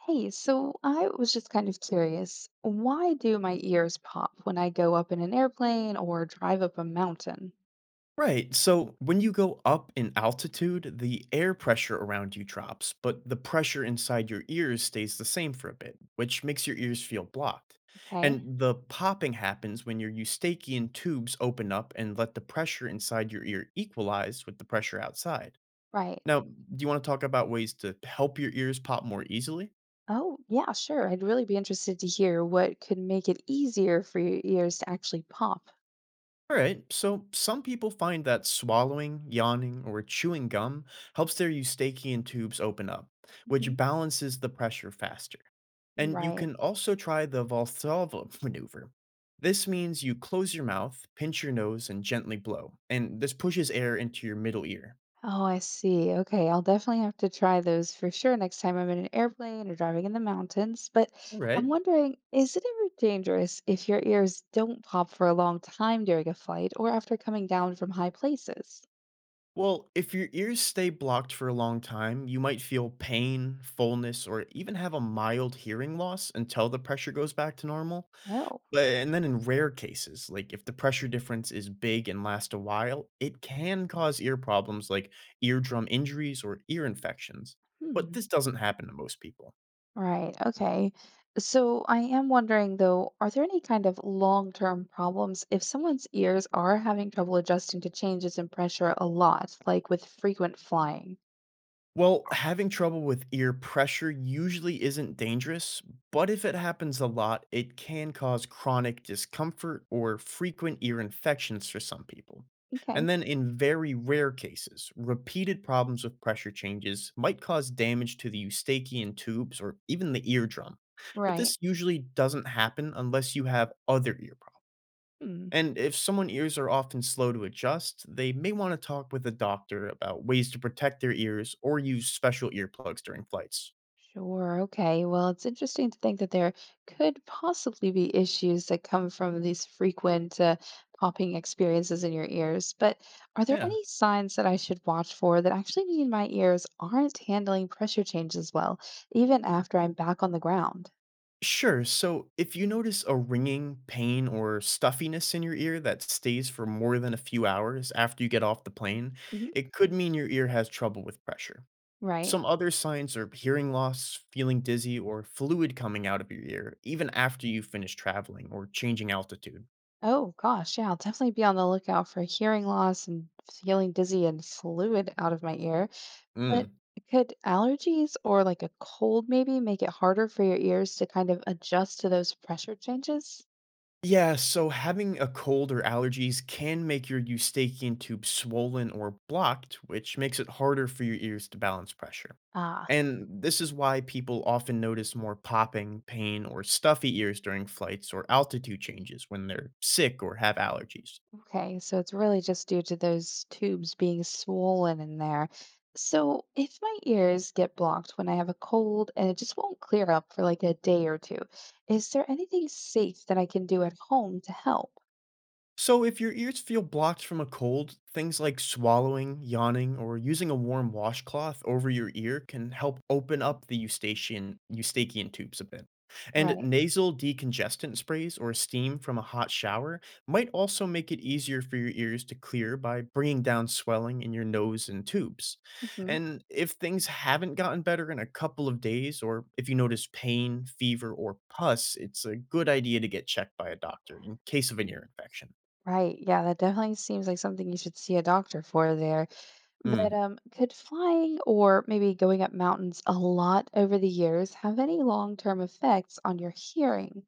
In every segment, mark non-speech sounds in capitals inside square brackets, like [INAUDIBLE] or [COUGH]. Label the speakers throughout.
Speaker 1: Hey, so I was just kind of curious, why do my ears pop when I go up in an airplane or drive up a mountain?
Speaker 2: Right. So when you go up in altitude, the air pressure around you drops, but the pressure inside your ears stays the same for a bit, which makes your ears feel blocked.
Speaker 1: Okay,
Speaker 2: And the popping happens when your eustachian tubes open up and let the pressure inside your ear equalize with the pressure outside.
Speaker 1: right.
Speaker 2: Now, do you want to talk about ways to help your ears pop more easily?
Speaker 1: Oh, yeah, sure. I'd really be interested to hear what could make it easier for your ears to actually pop.
Speaker 2: All right, so some people find that swallowing, yawning, or chewing gum helps their eustachian tubes open up, which
Speaker 1: Mhm.
Speaker 2: balances the pressure faster. And you
Speaker 1: Right.
Speaker 2: can also try the Valsalva [LAUGHS] maneuver. This means you close your mouth, pinch your nose, and gently blow, and this pushes air into your middle ear.
Speaker 1: Oh, I see. Okay, I'll definitely have to try those for sure next time I'm in an airplane or driving in the mountains. But
Speaker 2: All
Speaker 1: I'm
Speaker 2: right.
Speaker 1: wondering, is it ever dangerous if your ears don't pop for a long time during a flight or after coming down from high places?
Speaker 2: Well, if your ears stay blocked for a long time, you might feel pain, fullness, or even have a mild hearing loss until the pressure goes back to normal.
Speaker 1: Oh,
Speaker 2: But and then in rare cases, like, if the pressure difference is big and lasts a while, it can cause ear problems like eardrum injuries or ear infections, but
Speaker 1: hmm.
Speaker 2: this doesn't happen to most people.
Speaker 1: Right. Okay. So I am wondering though, are there any kind of long-term problems if someone's ears are having trouble adjusting to changes in pressure a lot, like with frequent flying?
Speaker 2: Well, having trouble with ear pressure usually isn't dangerous, but if it happens a lot, it can cause chronic discomfort or frequent ear infections for some people.
Speaker 1: Okay.
Speaker 2: And then, in very rare cases, repeated problems with pressure changes might cause damage to the eustachian tubes or even the eardrum. But
Speaker 1: Right.
Speaker 2: this usually doesn't happen unless you have other ear problems.
Speaker 1: Hmm.
Speaker 2: And if someone's ears are often slow to adjust, they may want to talk with a doctor about ways to protect their ears or use special earplugs during flights.
Speaker 1: Sure. Okay. Well, it's interesting to think that there could possibly be issues that come from these frequent popping experiences in your ears. But are there
Speaker 2: Yeah.
Speaker 1: any signs that I should watch for that actually mean my ears aren't handling pressure changes well, even after I'm back on the ground?
Speaker 2: Sure. So if you notice a ringing, pain, or stuffiness in your ear that stays for more than a few hours after you get off the plane,
Speaker 1: Mhm.
Speaker 2: it could mean your ear has trouble with pressure.
Speaker 1: Right.
Speaker 2: Some other signs are hearing loss, feeling dizzy, or fluid coming out of your ear, even after you finish traveling or changing altitude.
Speaker 1: Oh, gosh. Yeah, I'll definitely be on the lookout for hearing loss and feeling dizzy and fluid out of my ear. But
Speaker 2: Mm.
Speaker 1: could allergies or like a cold maybe make it harder for your ears to kind of adjust to those pressure changes?
Speaker 2: Yeah, so having a cold or allergies can make your eustachian tube swollen or blocked, which makes it harder for your ears to balance pressure.
Speaker 1: Ah,
Speaker 2: And this is why people often notice more popping, pain, or stuffy ears during flights or altitude changes when they're sick or have allergies.
Speaker 1: okay. So it's really just due to those tubes being swollen in there. So if my ears get blocked when I have a cold and it just won't clear up for like a day or two, is there anything safe that I can do at home to help?
Speaker 2: So, if your ears feel blocked from a cold, things like swallowing, yawning, or using a warm washcloth over your ear can help open up the eustachian tubes a bit. And
Speaker 1: Right.
Speaker 2: nasal decongestant sprays or steam from a hot shower might also make it easier for your ears to clear by bringing down swelling in your nose and tubes.
Speaker 1: Hmm.
Speaker 2: And if things haven't gotten better in a couple of days, or if you notice pain, fever, or pus, it's a good idea to get checked by a doctor in case of an ear infection.
Speaker 1: Right. Yeah, that definitely seems like something you should see a doctor for there. But
Speaker 2: Mm.
Speaker 1: could flying or maybe going up mountains a lot over the years have any long-term effects on your hearing?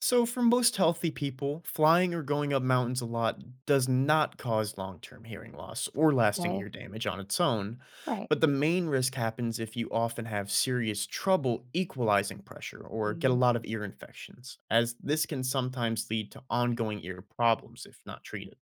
Speaker 2: So, for most healthy people, flying or going up mountains a lot does not cause long term hearing loss or lasting ear
Speaker 1: Okay,
Speaker 2: damage on its own.
Speaker 1: right.
Speaker 2: But the main risk happens if you often have serious trouble equalizing pressure or get a
Speaker 1: Mm.
Speaker 2: lot of ear infections, as this can sometimes lead to ongoing ear problems if not treated.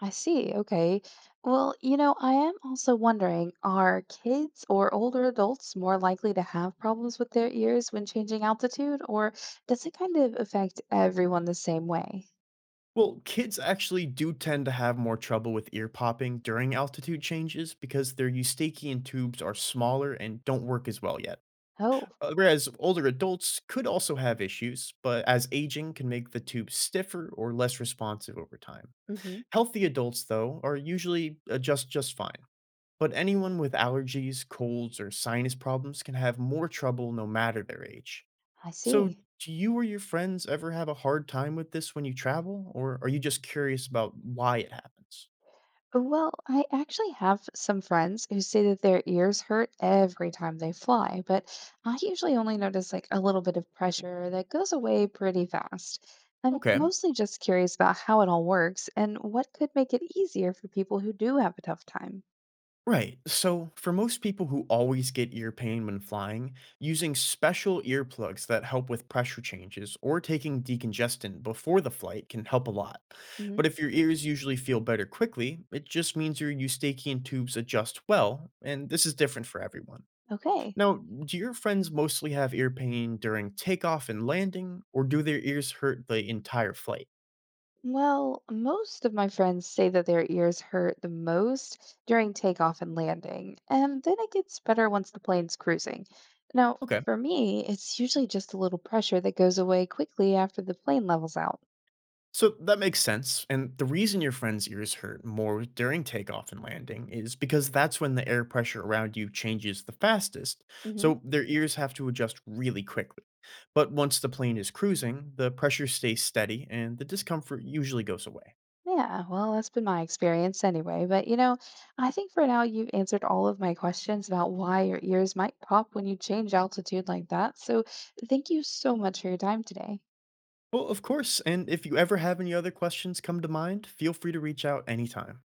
Speaker 1: I see. Okay. Well, you know, I am also wondering, are kids or older adults more likely to have problems with their ears when changing altitude, or does it kind of affect everyone the same way?
Speaker 2: Well, kids actually do tend to have more trouble with ear popping during altitude changes because their eustachian tubes are smaller and don't work as well yet.
Speaker 1: Oh,
Speaker 2: Whereas older adults could also have issues, but as aging can make the tube stiffer or less responsive over time.
Speaker 1: hmm.
Speaker 2: Healthy adults, though, are usually adjust just fine. But anyone with allergies, colds, or sinus problems can have more trouble no matter their age.
Speaker 1: I
Speaker 2: So,
Speaker 1: see.
Speaker 2: do you or your friends ever have a hard time with this when you travel, or are you just curious about why it happens?
Speaker 1: Well, I actually have some friends who say that their ears hurt every time they fly, but I usually only notice like a little bit of pressure that goes away pretty fast. I'm
Speaker 2: Okay.
Speaker 1: mostly just curious about how it all works and what could make it easier for people who do have a tough time.
Speaker 2: Right. So, for most people who always get ear pain when flying, using special earplugs that help with pressure changes or taking decongestant before the flight can help a lot.
Speaker 1: Hmm.
Speaker 2: But if your ears usually feel better quickly, it just means your eustachian tubes adjust well, and this is different for everyone.
Speaker 1: Okay.
Speaker 2: Now, do your friends mostly have ear pain during takeoff and landing, or do their ears hurt the entire flight?
Speaker 1: Well, most of my friends say that their ears hurt the most during takeoff and landing, and then it gets better once the plane's cruising. Now,
Speaker 2: Okay.
Speaker 1: for me, it's usually just a little pressure that goes away quickly after the plane levels out.
Speaker 2: So that makes sense. And the reason your friend's ears hurt more during takeoff and landing is because that's when the air pressure around you changes the fastest.
Speaker 1: Hmm.
Speaker 2: So their ears have to adjust really quickly. But once the plane is cruising, the pressure stays steady and the discomfort usually goes away.
Speaker 1: Yeah, well, that's been my experience anyway. But you know, I think for now you've answered all of my questions about why your ears might pop when you change altitude like that. So thank you so much for your time today.
Speaker 2: Well, of course. And if you ever have any other questions come to mind, feel free to reach out anytime.